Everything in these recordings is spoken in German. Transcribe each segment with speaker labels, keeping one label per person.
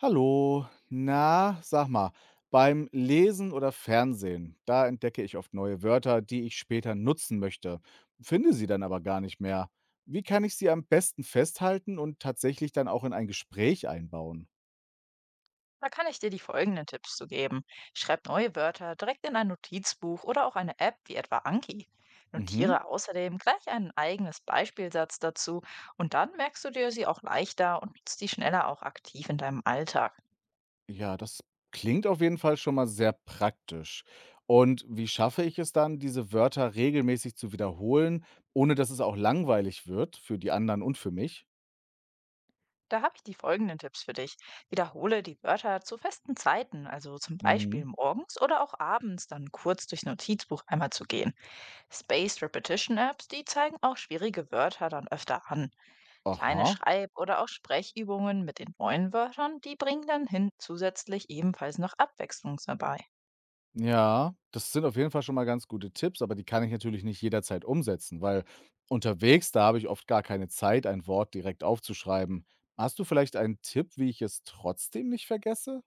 Speaker 1: Hallo, na, sag mal, beim Lesen oder Fernsehen, da entdecke ich oft neue Wörter, die ich später nutzen möchte, finde sie dann aber gar nicht mehr. Wie kann ich sie am besten festhalten und tatsächlich dann auch in ein Gespräch einbauen?
Speaker 2: Da kann ich dir die folgenden Tipps zu geben. Schreib neue Wörter direkt in ein Notizbuch oder auch eine App wie etwa Anki.
Speaker 1: Mhm.
Speaker 2: Notiere außerdem gleich einen eigenes Beispielsatz dazu und dann merkst du dir sie auch leichter und nutzt die schneller auch aktiv in deinem Alltag.
Speaker 1: Ja, das klingt auf jeden Fall schon mal sehr praktisch. Und wie schaffe ich es dann, diese Wörter regelmäßig zu wiederholen, ohne dass es auch langweilig wird für die anderen und für mich?
Speaker 2: Da habe ich die folgenden Tipps für dich. Wiederhole die Wörter zu festen Zeiten, also zum Beispiel
Speaker 1: Mhm.
Speaker 2: morgens oder auch abends, dann kurz durchs Notizbuch einmal zu gehen. Spaced Repetition Apps, die zeigen auch schwierige Wörter dann öfter an. Kleine
Speaker 1: Aha.
Speaker 2: Schreib- oder auch Sprechübungen mit den neuen Wörtern, die bringen dann hin zusätzlich ebenfalls noch Abwechslung dabei.
Speaker 1: Ja, das sind auf jeden Fall schon mal ganz gute Tipps, aber die kann ich natürlich nicht jederzeit umsetzen, weil unterwegs, da habe ich oft gar keine Zeit, ein Wort direkt aufzuschreiben. Hast du vielleicht einen Tipp, wie ich es trotzdem nicht vergesse?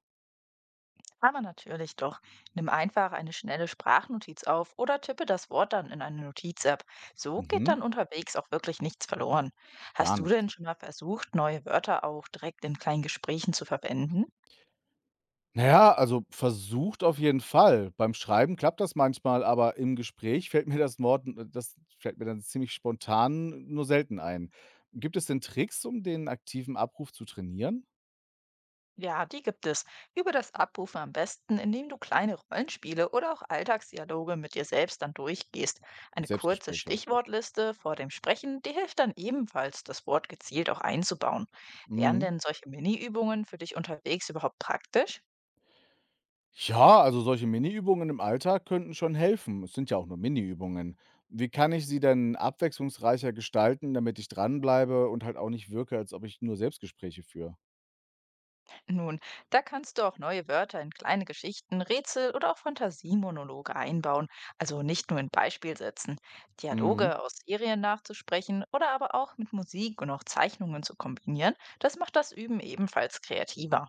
Speaker 2: Aber natürlich doch, nimm einfach eine schnelle Sprachnotiz auf oder tippe das Wort dann in eine Notiz-App. So geht
Speaker 1: Mhm,
Speaker 2: dann unterwegs auch wirklich nichts verloren.
Speaker 1: gar
Speaker 2: Hast du
Speaker 1: nichts.
Speaker 2: denn schon mal versucht, neue Wörter auch direkt in kleinen Gesprächen zu verwenden?
Speaker 1: Naja, also versucht auf jeden Fall. Beim Schreiben klappt das manchmal, aber im Gespräch fällt mir das Wort, das fällt mir dann ziemlich spontan nur selten ein. Gibt es denn Tricks, um den aktiven Abruf zu trainieren?
Speaker 2: Ja, die gibt es. Übe das Abrufen am besten, indem du kleine Rollenspiele oder auch Alltagsdialoge mit dir selbst dann durchgehst. Eine kurze
Speaker 1: Selbstgespräche, okay.
Speaker 2: Stichwortliste vor dem Sprechen, die hilft dann ebenfalls, das Wort gezielt auch einzubauen. Wären
Speaker 1: Mhm.
Speaker 2: denn solche Mini-Übungen für dich unterwegs überhaupt praktisch?
Speaker 1: Ja, also solche Mini-Übungen im Alltag könnten schon helfen. Es sind ja auch nur Mini-Übungen. Wie kann ich sie denn abwechslungsreicher gestalten, damit ich dranbleibe und halt auch nicht wirke, als ob ich nur Selbstgespräche führe?
Speaker 2: Nun, da kannst du auch neue Wörter in kleine Geschichten, Rätsel oder auch Fantasiemonologe einbauen, also nicht nur in Beispielsätzen.
Speaker 1: Mhm,
Speaker 2: Dialoge aus Serien nachzusprechen oder aber auch mit Musik und auch Zeichnungen zu kombinieren, das macht das Üben ebenfalls kreativer.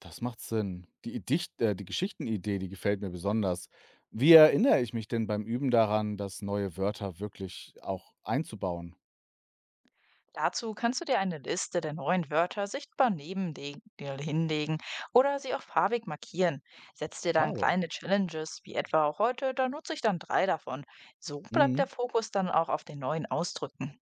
Speaker 1: das macht Sinn. Die, Idicht, die Geschichtenidee, die gefällt mir besonders. Wie erinnere ich mich denn beim Üben daran, dass neue Wörter wirklich auch einzubauen?
Speaker 2: Dazu kannst du dir eine Liste der neuen Wörter sichtbar neben dir hinlegen oder sie auch farbig markieren. Setz dir dann
Speaker 1: Farbe.
Speaker 2: kleine Challenges, wie etwa auch heute, da nutze ich dann 3 davon. So bleibt
Speaker 1: Mhm.
Speaker 2: der Fokus dann auch auf den neuen Ausdrücken.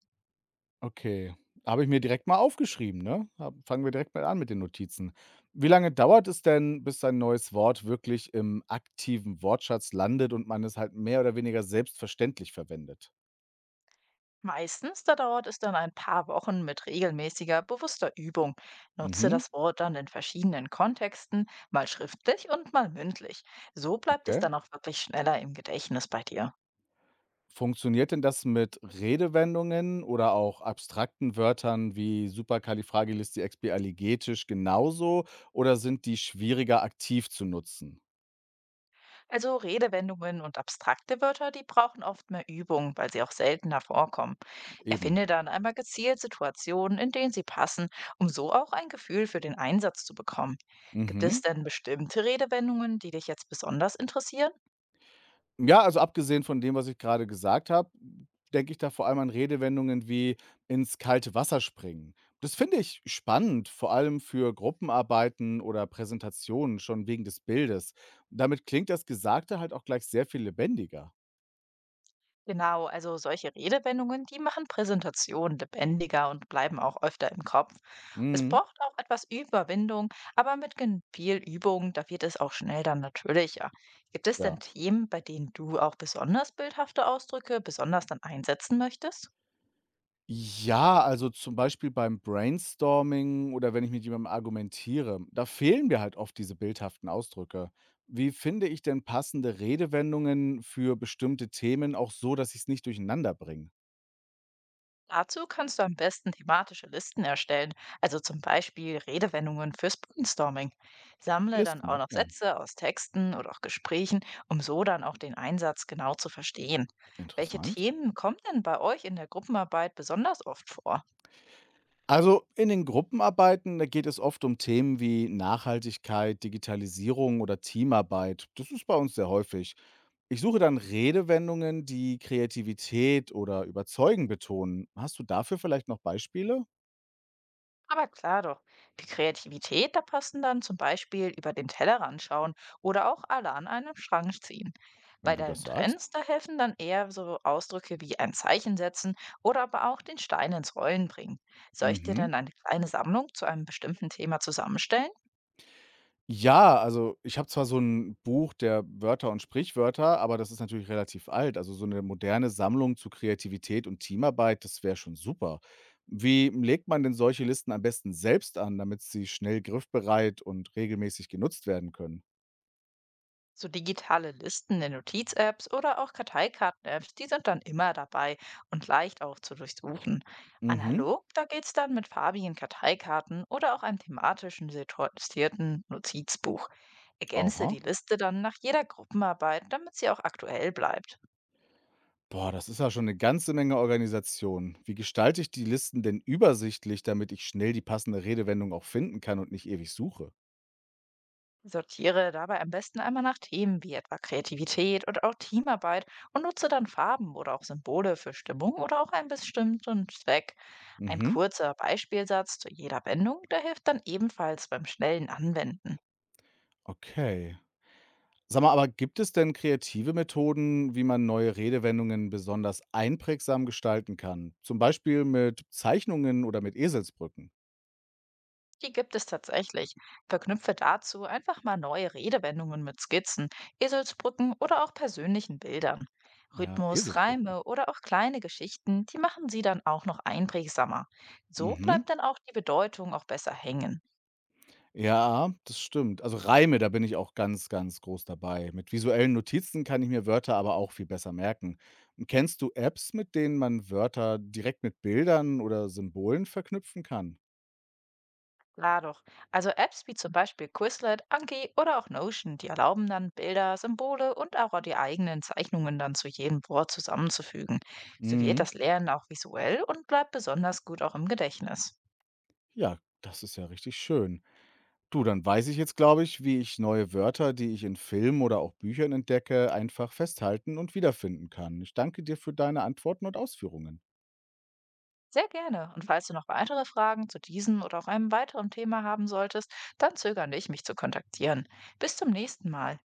Speaker 1: Okay. Habe ich mir direkt mal aufgeschrieben, ne? Hab fangen wir direkt mal an mit den Notizen. Wie lange dauert es denn, bis ein neues Wort wirklich im aktiven Wortschatz landet und man es halt mehr oder weniger selbstverständlich verwendet?
Speaker 2: Meistens, da dauert es dann ein paar Wochen mit regelmäßiger, bewusster Übung. Nutze
Speaker 1: Mhm,
Speaker 2: das Wort dann in verschiedenen Kontexten, mal schriftlich und mal mündlich. So bleibt es
Speaker 1: okay.
Speaker 2: dann auch wirklich schneller im Gedächtnis bei dir.
Speaker 1: Funktioniert denn das mit Redewendungen oder auch abstrakten Wörtern wie superkalifragilisticexpialigetisch genauso oder sind die schwieriger aktiv zu nutzen?
Speaker 2: Also Redewendungen und abstrakte Wörter, die brauchen oft mehr Übung, weil sie auch seltener vorkommen.
Speaker 1: Eben.
Speaker 2: Erfinde dann einmal gezielt Situationen, in denen sie passen, um so auch ein Gefühl für den Einsatz zu bekommen. Gibt es
Speaker 1: Mhm.
Speaker 2: denn bestimmte Redewendungen, die dich jetzt besonders interessieren?
Speaker 1: Ja, also abgesehen von dem, was ich gerade gesagt habe, denke ich da vor allem an Redewendungen wie „ins kalte Wasser springen“. Das finde ich spannend, vor allem für Gruppenarbeiten oder Präsentationen, schon wegen des Bildes. Damit klingt das Gesagte halt auch gleich sehr viel lebendiger.
Speaker 2: Genau, also solche Redewendungen, die machen Präsentationen lebendiger und bleiben auch öfter im Kopf. Es
Speaker 1: Mhm,
Speaker 2: braucht auch etwas Überwindung, aber mit viel Übung, da wird es auch schnell dann natürlicher. Gibt es denn
Speaker 1: ja.
Speaker 2: Themen, bei denen du auch besonders bildhafte Ausdrücke besonders dann einsetzen möchtest?
Speaker 1: Ja, also zum Beispiel beim Brainstorming oder wenn ich mit jemandem argumentiere, da fehlen mir halt oft diese bildhaften Ausdrücke. Wie finde ich denn passende Redewendungen für bestimmte Themen auch so, dass ich es nicht durcheinander bringe?
Speaker 2: Dazu kannst du am besten thematische Listen erstellen, also zum Beispiel Redewendungen fürs Brainstorming. Sammle dann
Speaker 1: Listen,
Speaker 2: auch noch
Speaker 1: okay.
Speaker 2: Sätze aus Texten oder auch Gesprächen, um so dann auch den Einsatz genau zu verstehen. Welche
Speaker 1: Interessant.
Speaker 2: Themen kommen denn bei euch in der Gruppenarbeit besonders oft vor?
Speaker 1: Also in den Gruppenarbeiten, da geht es oft um Themen wie Nachhaltigkeit, Digitalisierung oder Teamarbeit. Das ist bei uns sehr häufig. Ich suche dann Redewendungen, die Kreativität oder Überzeugen betonen. Hast du dafür vielleicht noch Beispiele,
Speaker 2: Aber klar doch, die Kreativität, da passen dann zum Beispiel über den Tellerrand schauen oder auch alle an einem Schrank ziehen.
Speaker 1: wenn
Speaker 2: Bei
Speaker 1: du das
Speaker 2: deinen
Speaker 1: sagst?
Speaker 2: Trends, da helfen dann eher so Ausdrücke wie ein Zeichen setzen oder aber auch den Stein ins Rollen bringen. Soll ich dir
Speaker 1: Mhm.
Speaker 2: denn eine kleine Sammlung zu einem bestimmten Thema zusammenstellen?
Speaker 1: Ja, also ich habe zwar so ein Buch der Wörter und Sprichwörter, aber das ist natürlich relativ alt. Also, so eine moderne Sammlung zu Kreativität und Teamarbeit, das wäre schon super. Wie legt man denn solche Listen am besten selbst an, damit sie schnell griffbereit und regelmäßig genutzt werden können?
Speaker 2: So digitale Listen in Notiz-Apps oder auch Karteikarten-Apps, die sind dann immer dabei und leicht auch zu durchsuchen.
Speaker 1: Mhm.
Speaker 2: Analog, da geht's dann mit farbigen Karteikarten oder auch einem thematischen sortierten Notizbuch. Ergänze
Speaker 1: Aha.
Speaker 2: die Liste dann nach jeder Gruppenarbeit, damit sie auch aktuell bleibt.
Speaker 1: Boah, das ist ja schon eine ganze Menge Organisation. Wie gestalte ich die Listen denn übersichtlich, damit ich schnell die passende Redewendung auch finden kann und nicht ewig suche?
Speaker 2: Sortiere dabei am besten einmal nach Themen wie etwa Kreativität und auch Teamarbeit und nutze dann Farben oder auch Symbole für Stimmung oder auch einen bestimmten Zweck. Ein
Speaker 1: Mhm.
Speaker 2: kurzer Beispielsatz zu jeder Wendung, der hilft dann ebenfalls beim schnellen Anwenden.
Speaker 1: Okay. Sag mal, aber gibt es denn kreative Methoden, wie man neue Redewendungen besonders einprägsam gestalten kann? Zum Beispiel mit Zeichnungen oder mit Eselsbrücken.
Speaker 2: Die gibt es tatsächlich. Verknüpfe dazu einfach mal neue Redewendungen mit Skizzen, Eselsbrücken oder auch persönlichen Bildern.
Speaker 1: Ja,
Speaker 2: Rhythmus,
Speaker 1: Eselsbrücken.
Speaker 2: Reime oder auch kleine Geschichten, die machen sie dann auch noch einprägsamer. So
Speaker 1: Mhm.
Speaker 2: bleibt dann auch die Bedeutung auch besser hängen.
Speaker 1: Ja, das stimmt. Also Reime, da bin ich auch ganz, ganz groß dabei. Mit visuellen Notizen kann ich mir Wörter aber auch viel besser merken. Und Kennst du Apps, mit denen man Wörter direkt mit Bildern oder Symbolen verknüpfen kann?
Speaker 2: Klar doch. Also Apps wie zum Beispiel Quizlet, Anki oder auch Notion, die erlauben dann Bilder, Symbole und auch die eigenen Zeichnungen dann zu jedem Wort zusammenzufügen. So wird
Speaker 1: Mhm.
Speaker 2: das Lernen auch visuell und bleibt besonders gut auch im Gedächtnis.
Speaker 1: Ja, das ist ja richtig schön. Du, dann weiß ich jetzt, glaube ich, wie ich neue Wörter, die ich in Filmen oder auch Büchern entdecke, einfach festhalten und wiederfinden kann. Ich danke dir für deine Antworten und Ausführungen.
Speaker 2: Sehr gerne. Und falls du noch weitere Fragen zu diesem oder auch einem weiteren Thema haben solltern solltest, dann zögere nicht, mich zu kontaktieren. Bis zum nächsten Mal.